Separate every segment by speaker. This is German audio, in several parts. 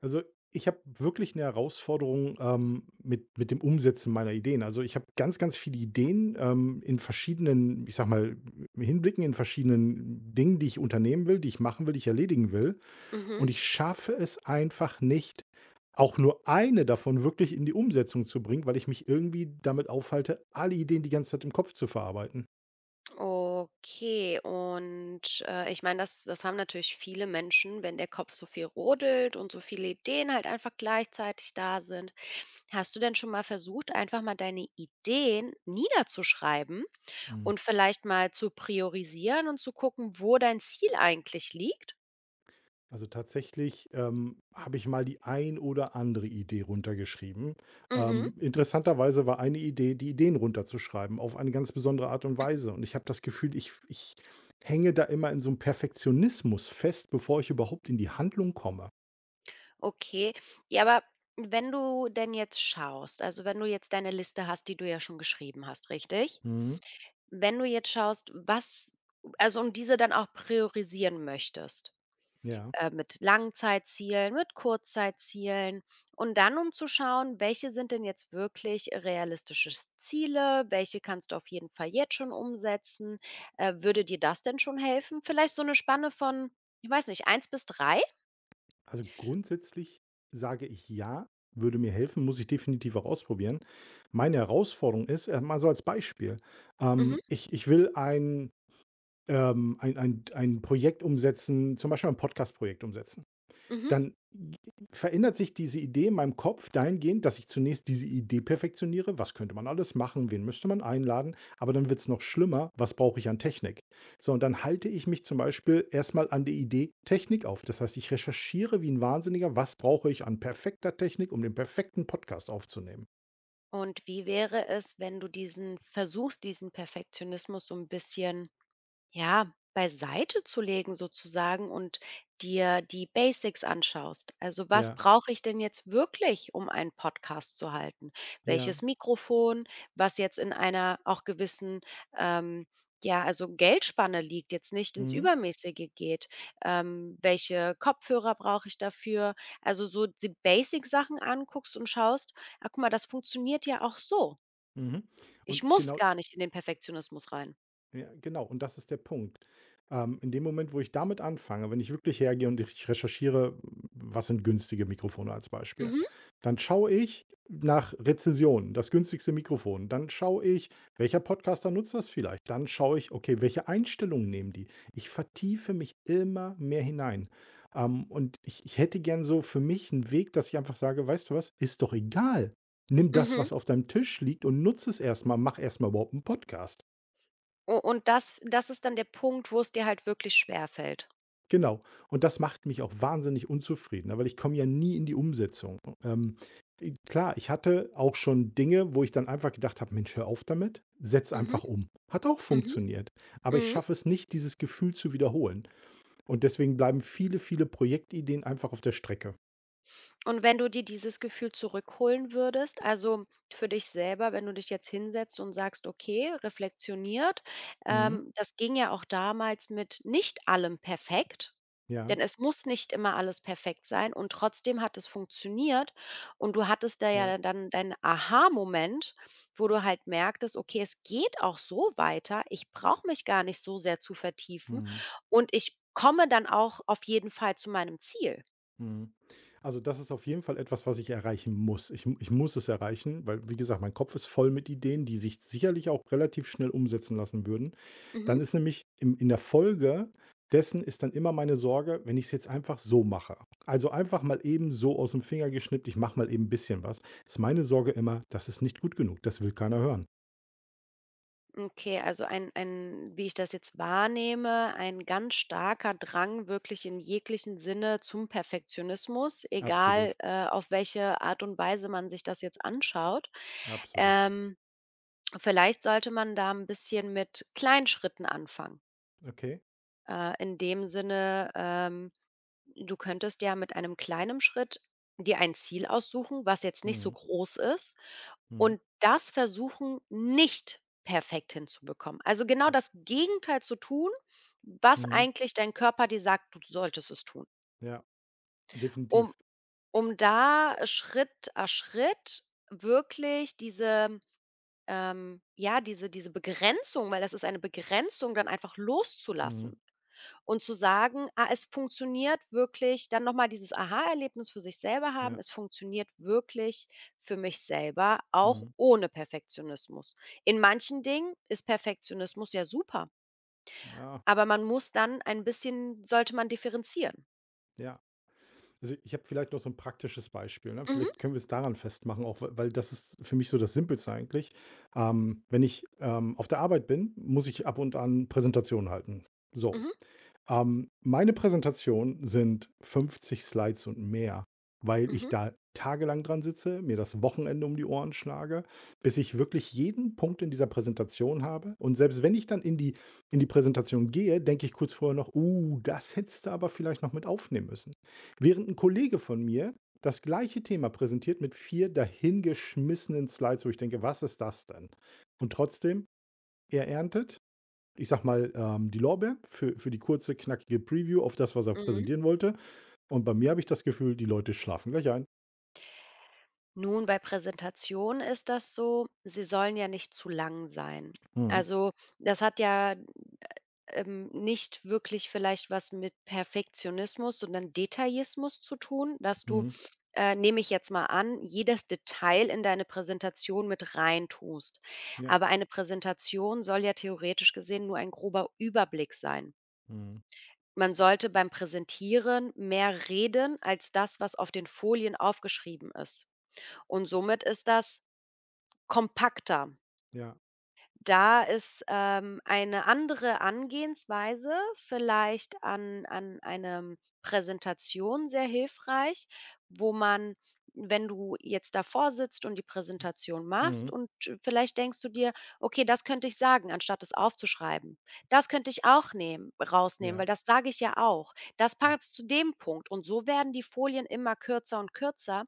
Speaker 1: Also, ich habe wirklich eine Herausforderung, mit dem Umsetzen meiner Ideen. Also, ich habe ganz, ganz viele Ideen, in verschiedenen, ich sage mal, Hinblicken, in verschiedenen Dingen, die ich unternehmen will, die ich machen will, die ich erledigen will.
Speaker 2: Mhm.
Speaker 1: Und ich schaffe es einfach nicht, auch nur eine davon wirklich in die Umsetzung zu bringen, weil ich mich irgendwie damit aufhalte, alle Ideen die ganze Zeit im Kopf zu verarbeiten.
Speaker 2: Okay, und, ich meine, das haben natürlich viele Menschen, wenn der Kopf so viel rodelt und so viele Ideen halt einfach gleichzeitig da sind. Hast du denn schon mal versucht, einfach mal deine Ideen niederzuschreiben und vielleicht mal zu priorisieren und zu gucken, wo dein Ziel eigentlich liegt?
Speaker 1: Also tatsächlich, habe ich mal die ein oder andere Idee runtergeschrieben.
Speaker 2: Mhm.
Speaker 1: Interessanterweise war eine Idee, die Ideen runterzuschreiben auf eine ganz besondere Art und Weise. Und ich habe das Gefühl, ich hänge da immer in so einem Perfektionismus fest, bevor ich überhaupt in die Handlung komme.
Speaker 2: Okay. Ja, aber wenn du denn jetzt schaust also, wenn du jetzt deine Liste hast, die du ja schon geschrieben hast, richtig?
Speaker 1: Mhm,
Speaker 2: Wenn du jetzt schaust, was also und diese dann auch priorisieren möchtest,
Speaker 1: ja.
Speaker 2: mit Langzeitzielen, mit Kurzzeitzielen und dann, um zu schauen, welche sind denn jetzt wirklich realistische Ziele, welche kannst du auf jeden Fall jetzt schon umsetzen? Würde dir das denn schon helfen? Vielleicht so eine Spanne von, ich weiß nicht, eins bis drei?
Speaker 1: Also, grundsätzlich sage ich ja, würde mir helfen, muss ich definitiv auch ausprobieren. Meine Herausforderung ist, mal so als Beispiel,
Speaker 2: Mhm,
Speaker 1: ich will ein ein Projekt umsetzen, zum Beispiel ein Podcast-Projekt umsetzen,
Speaker 2: mhm.
Speaker 1: dann verändert sich diese Idee in meinem Kopf dahingehend, dass ich zunächst diese Idee perfektioniere. Was könnte man alles machen? Wen müsste man einladen? Aber dann wird es noch schlimmer. Was brauche ich an Technik? So, und dann halte ich mich zum Beispiel erst mal an die Idee Technik auf. Das heißt, ich recherchiere wie ein Wahnsinniger, was brauche ich an perfekter Technik, um den perfekten Podcast aufzunehmen.
Speaker 2: Und wie wäre es, wenn du diesen versuchst, diesen Perfektionismus so ein bisschen ja, beiseite zu legen sozusagen und dir die Basics anschaust. Also was
Speaker 1: Ja,
Speaker 2: brauche ich denn jetzt wirklich, um einen Podcast zu halten?
Speaker 1: ja.
Speaker 2: Welches Mikrofon, was jetzt in einer auch gewissen, ähm, ja, also Geldspanne liegt, jetzt nicht ins
Speaker 1: Mhm,
Speaker 2: Übermäßige geht. Welche Kopfhörer brauche ich dafür? Also so die Basic-Sachen anguckst und schaust, ah, guck mal, das funktioniert ja auch so.
Speaker 1: mhm.
Speaker 2: Ich
Speaker 1: Und
Speaker 2: muss
Speaker 1: genau.
Speaker 2: gar nicht in den Perfektionismus rein.
Speaker 1: Ja, genau. Und das ist der Punkt. In dem Moment, wo ich damit anfange, wenn ich wirklich hergehe und ich recherchiere, was sind günstige Mikrofone als Beispiel,
Speaker 2: Mhm.
Speaker 1: dann schaue ich nach Rezensionen, das günstigste Mikrofon. Dann schaue ich, welcher Podcaster nutzt das vielleicht. Dann schaue ich, okay, welche Einstellungen nehmen die. Ich vertiefe mich immer mehr hinein. Und ich hätte gern so für mich einen Weg, dass ich einfach sage, weißt du was, ist doch egal. Nimm das,
Speaker 2: Mhm.
Speaker 1: was auf deinem Tisch liegt und nutze es erstmal. Mach erstmal überhaupt einen Podcast.
Speaker 2: U und das ist dann der Punkt, wo es dir halt wirklich schwerfällt.
Speaker 1: Genau. Und das macht mich auch wahnsinnig unzufrieden, ne, weil ich komme ja nie in die Umsetzung. Ähm, i klar, ich hatte auch schon Dinge, wo ich dann einfach gedacht habe: „Mensch, hör auf damit, setz
Speaker 2: Mhm,
Speaker 1: einfach um.“ Hat auch
Speaker 2: mhm,
Speaker 1: funktioniert, aber ich
Speaker 2: mhm.
Speaker 1: schaffe es nicht, dieses Gefühl zu wiederholen. Und deswegen bleiben viele, viele Projektideen einfach auf der Strecke.
Speaker 2: Und wenn du dir dieses Gefühl zurückholen würdest, also für dich selber, wenn du dich jetzt hinsetzt und sagst, okay, reflektioniert,
Speaker 1: Mhm.
Speaker 2: das ging ja auch damals mit nicht allem perfekt,
Speaker 1: Ja,
Speaker 2: denn es muss nicht immer alles perfekt sein und trotzdem hat es funktioniert und du hattest da
Speaker 1: ja.
Speaker 2: ja dann deinen Aha-Moment, wo du halt merktest, okay, es geht auch so weiter, ich brauche mich gar nicht so sehr zu vertiefen
Speaker 1: Mhm.
Speaker 2: und ich komme dann auch auf jeden Fall zu meinem Ziel.
Speaker 1: Mhm. Also, das ist auf jeden Fall etwas, was ich erreichen muss. Ich muss es erreichen, weil, wie gesagt, mein Kopf ist voll mit Ideen, die sich sicherlich auch relativ schnell umsetzen lassen würden.
Speaker 2: Mhm.
Speaker 1: Dann ist nämlich im in der Folge dessen ist dann immer meine Sorge, wenn ich es jetzt einfach so mache. Also, einfach mal eben so aus dem Finger geschnippt, ich mache mal eben ein bisschen was, ist meine Sorge immer: „Das ist nicht gut genug, das will keiner hören.“
Speaker 2: Okay, also ein wie ich das jetzt wahrnehme, ein ganz starker Drang wirklich in jeglichen Sinne zum Perfektionismus, egal,
Speaker 1: Absolut,
Speaker 2: auf welche Art und Weise man sich das jetzt anschaut.
Speaker 1: absolut.
Speaker 2: Ähm, vielleicht sollte man da ein bisschen mit kleinen Schritten anfangen.
Speaker 1: Okay.
Speaker 2: In dem Sinne, du könntest ja mit einem kleinen Schritt dir ein Ziel aussuchen, was jetzt nicht so
Speaker 1: Mhm,
Speaker 2: groß ist,
Speaker 1: mhm,
Speaker 2: und das versuchen, nicht perfekt hinzubekommen. Also genau
Speaker 1: mhm,
Speaker 2: das Gegenteil zu tun, was
Speaker 1: mhm.
Speaker 2: eigentlich dein Körper dir sagt, du solltest es tun.
Speaker 1: Ja,
Speaker 2: Um
Speaker 1: definitiv.
Speaker 2: um da Schritt a Schritt wirklich diese, ja, diese Begrenzung, weil das ist eine Begrenzung, dann einfach loszulassen.
Speaker 1: Mhm,
Speaker 2: Und zu sagen: „Ah, es funktioniert wirklich“, dann nochmal dieses Aha-Erlebnis für sich selber haben:
Speaker 1: ja,
Speaker 2: „Es funktioniert wirklich für mich selber, auch
Speaker 1: mhm.
Speaker 2: ohne Perfektionismus.“ In manchen Dingen ist Perfektionismus ja super,
Speaker 1: Ja,
Speaker 2: aber man muss dann ein bisschen sollte man differenzieren.
Speaker 1: ja. Also, ich habe vielleicht noch so ein praktisches Beispiel, ne?
Speaker 2: Mhm,
Speaker 1: Vielleicht können wir es daran festmachen, auch w weil das ist für mich so das Simpelste eigentlich. Wenn ich, auf der Arbeit bin, muss ich ab und an Präsentationen halten. So,
Speaker 2: mhm,
Speaker 1: meine Präsentationen sind 50 Slides und mehr, weil ich
Speaker 2: mhm,
Speaker 1: da tagelang dran sitze, mir das Wochenende um die Ohren schlage, bis ich wirklich jeden Punkt in dieser Präsentation habe. Und selbst wenn ich dann in die Präsentation gehe, denke ich kurz vorher noch, das hättest du aber vielleicht noch mit aufnehmen müssen. Während ein Kollege von mir das gleiche Thema präsentiert mit vier dahingeschmissenen Slides, wo ich denke, was ist das denn? Und trotzdem, er erntet, ich sag mal, die Lorbeeren für die kurze, knackige Preview auf das, was er
Speaker 2: mhm.
Speaker 1: präsentieren wollte. Und bei mir habe ich das Gefühl, die Leute schlafen gleich ein.
Speaker 2: Nun, bei Präsentationen ist das so, sie sollen ja nicht zu lang sein.
Speaker 1: Mhm.
Speaker 2: Also, das hat ja nicht wirklich vielleicht was mit Perfektionismus, sondern Detailismus zu tun, dass du,
Speaker 1: Mhm.
Speaker 2: nehme ich jetzt mal an, jedes Detail in deine Präsentation mit rein tust.
Speaker 1: Ja.
Speaker 2: Aber eine Präsentation soll ja theoretisch gesehen nur ein grober Überblick sein.
Speaker 1: Mhm.
Speaker 2: Man sollte beim Präsentieren mehr reden als das, was auf den Folien aufgeschrieben ist. Und somit ist das kompakter.
Speaker 1: Ja.
Speaker 2: Da ist, eine andere Angehensweise vielleicht an einem Präsentation sehr hilfreich, wo man wenn du jetzt davor sitzt und die Präsentation machst
Speaker 1: Mhm.
Speaker 2: und vielleicht denkst du dir: „Okay, das könnte ich sagen“, anstatt es aufzuschreiben. „Das könnte ich auch nehmen rausnehmen, weil
Speaker 1: Ja.
Speaker 2: das sage ich ja auch. Das
Speaker 1: Ja.
Speaker 2: passt zu dem Punkt.“ Und so werden die Folien immer kürzer und kürzer.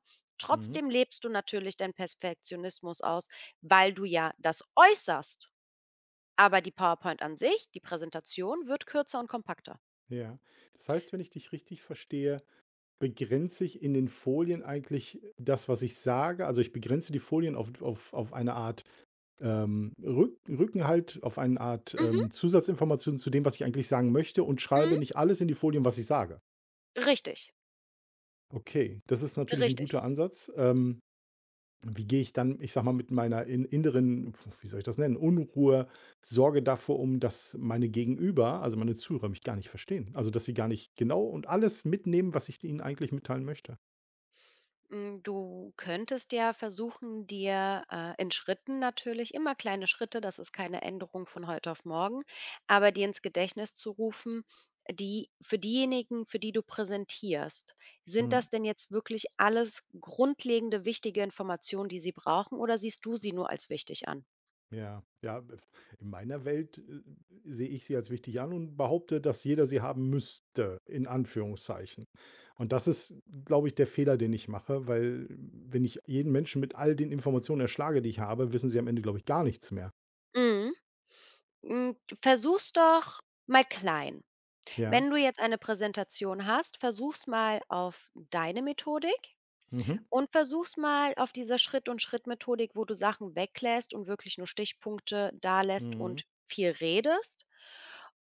Speaker 1: Mhm.
Speaker 2: Trotzdem lebst du natürlich deinen Perfektionismus aus, weil du ja das äußerst. Aber die PowerPoint an sich, die Präsentation wird kürzer und kompakter.
Speaker 1: Ja. Das heißt, wenn ich dich richtig verstehe, begrenze ich in den Folien eigentlich das, was ich sage? Also, ich begrenze die Folien auf auf eine Art, Rückenhalt, auf eine Art,
Speaker 2: Mhm,
Speaker 1: Zusatzinformation zu dem, was ich eigentlich sagen möchte und schreibe
Speaker 2: mhm.
Speaker 1: nicht alles in die Folien, was ich sage?
Speaker 2: Richtig,
Speaker 1: Okay, das ist natürlich ein
Speaker 2: richtig.
Speaker 1: guter Ansatz. Wie gehe ich dann, ich sage mal, mit meiner in inneren, wie soll ich das nennen, Unruhe, Sorge davor um, dass meine Gegenüber, also meine Zuhörer mich gar nicht verstehen. Also, dass sie gar nicht genau und alles mitnehmen, was ich ihnen eigentlich mitteilen möchte.
Speaker 2: Hm, du könntest ja versuchen, dir, in Schritten natürlich immer kleine Schritte, das ist keine Änderung von heute auf morgen, aber dir ins Gedächtnis zu rufen, die für diejenigen, für die du präsentierst, sind das
Speaker 1: Mhm.
Speaker 2: denn jetzt wirklich alles grundlegende, wichtige Informationen, die sie brauchen, oder siehst du sie nur als wichtig an?
Speaker 1: Ja, ja, in meiner Welt, sehe ich sie als wichtig an und behaupte, dass jeder sie haben müsste, in Anführungszeichen. Und das ist, glaube ich, der Fehler, den ich mache, weil wenn ich jeden Menschen mit all den Informationen erschlage, die ich habe, wissen sie am Ende, glaube ich, gar nichts mehr.
Speaker 2: Mhm. Hm, versuch's doch mal klein.
Speaker 1: Ja.
Speaker 2: Wenn du jetzt eine Präsentation hast, versuch's mal auf deine Methodik
Speaker 1: Mhm.
Speaker 2: und versuch's mal auf dieser Schritt-und-Schritt-Methodik, wo du Sachen weglässt und wirklich nur Stichpunkte dalässt
Speaker 1: Mhm.
Speaker 2: und viel redest.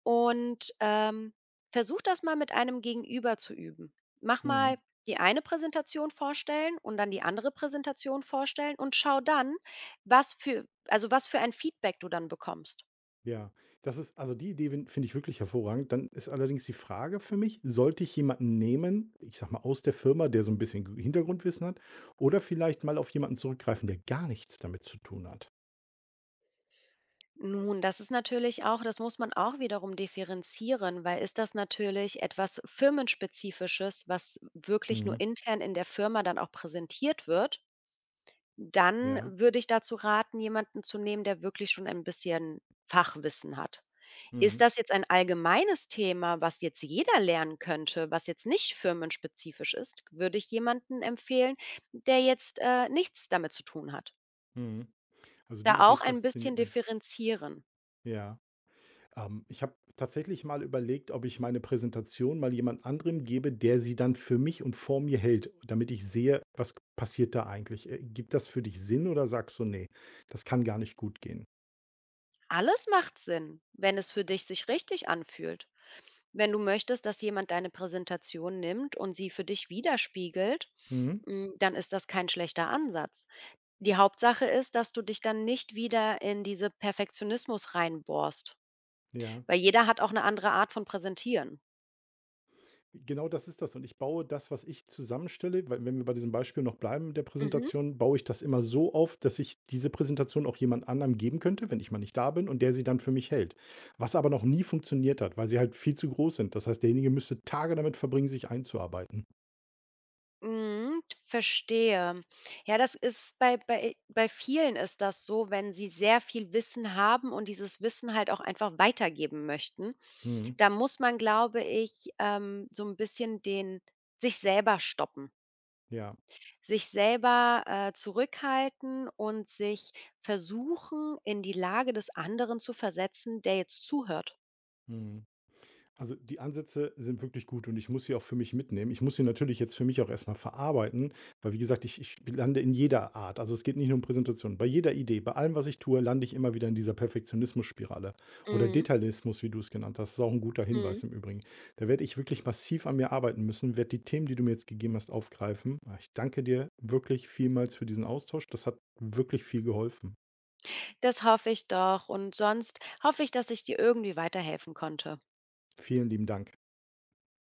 Speaker 2: Und, versuch das mal mit einem Gegenüber zu üben. Mach mal
Speaker 1: Mhm.
Speaker 2: die eine Präsentation vorstellen und dann die andere Präsentation vorstellen und schau dann, was für also, was für ein Feedback du dann bekommst.
Speaker 1: Ja, das ist also die Idee finde ich wirklich hervorragend. Dann ist allerdings die Frage für mich, sollte ich jemanden nehmen, ich sage mal, aus der Firma, der so ein bisschen G Hintergrundwissen hat oder vielleicht mal auf jemanden zurückgreifen, der gar nichts damit zu tun hat?
Speaker 2: Nun, das ist natürlich auch das muss man auch wiederum differenzieren, weil ist das natürlich etwas Firmenspezifisches, was wirklich nur
Speaker 1: Mhm,
Speaker 2: intern in der Firma dann auch präsentiert wird, dann
Speaker 1: ja,
Speaker 2: würde ich dazu raten, jemanden zu nehmen, der wirklich schon ein bisschen Fachwissen hat. Ist
Speaker 1: mhm,
Speaker 2: das jetzt ein allgemeines Thema, was jetzt jeder lernen könnte, was jetzt nicht firmenspezifisch ist, würde ich jemanden empfehlen, der jetzt, nichts damit zu tun hat.
Speaker 1: mhm. Also, die
Speaker 2: Da
Speaker 1: Idee
Speaker 2: auch ein bisschen
Speaker 1: fasziniert mich.
Speaker 2: differenzieren.
Speaker 1: Ja, ich habe tatsächlich mal überlegt, ob ich meine Präsentation mal jemand anderem gebe, der sie dann für mich und vor mir hält, damit ich sehe, was passiert da eigentlich. Gibt das für dich Sinn oder sagst du: nee, das kann gar nicht gut gehen?“
Speaker 2: Alles macht Sinn, wenn es für dich sich richtig anfühlt. Wenn du möchtest, dass jemand deine Präsentation nimmt und sie für dich widerspiegelt,
Speaker 1: Mhm.
Speaker 2: mm, dann ist das kein schlechter Ansatz. Die Hauptsache ist, dass du dich dann nicht wieder in diese Perfektionismus reinbohrst,
Speaker 1: Ja,
Speaker 2: weil jeder hat auch eine andere Art von Präsentieren.
Speaker 1: genau das ist das. Und ich baue das, was ich zusammenstelle, weil wenn wir bei diesem Beispiel noch bleiben, der
Speaker 2: Mhm.
Speaker 1: Präsentation, baue ich das immer so auf, dass ich diese Präsentation auch jemand anderem geben könnte, wenn ich mal nicht da bin und der sie dann für mich hält. Was aber noch nie funktioniert hat, weil sie halt viel zu groß sind. Das heißt, derjenige müsste Tage damit verbringen, sich einzuarbeiten.
Speaker 2: Mhm, verstehe. Ja, das ist bei bei vielen ist das so, wenn sie sehr viel Wissen haben und dieses Wissen halt auch einfach weitergeben möchten.
Speaker 1: Mhm.
Speaker 2: Da muss man, glaube ich, so ein bisschen den sich selber stoppen,
Speaker 1: Ja.
Speaker 2: sich selber, zurückhalten und sich versuchen, in die Lage des anderen zu versetzen, der jetzt zuhört.
Speaker 1: Mhm. Also die Ansätze sind wirklich gut und ich muss sie auch für mich mitnehmen. Ich muss sie natürlich jetzt für mich auch erstmal verarbeiten, weil wie gesagt, ich lande in jeder Art. Also es geht nicht nur um Präsentation. Bei jeder Idee, bei allem, was ich tue, lande ich immer wieder in dieser Perfektionismusspirale. Oder
Speaker 2: Mhm,
Speaker 1: Detailismus, wie du es genannt hast. Das ist auch ein guter
Speaker 2: mhm.
Speaker 1: Hinweis im Übrigen. Da werde ich wirklich massiv an mir arbeiten müssen, werde die Themen, die du mir jetzt gegeben hast, aufgreifen. Ah, ich danke dir wirklich vielmals für diesen Austausch. Das hat wirklich viel geholfen.
Speaker 2: Das hoffe ich doch und sonst hoffe ich, dass ich dir irgendwie weiterhelfen konnte.
Speaker 1: Vielen lieben Dank.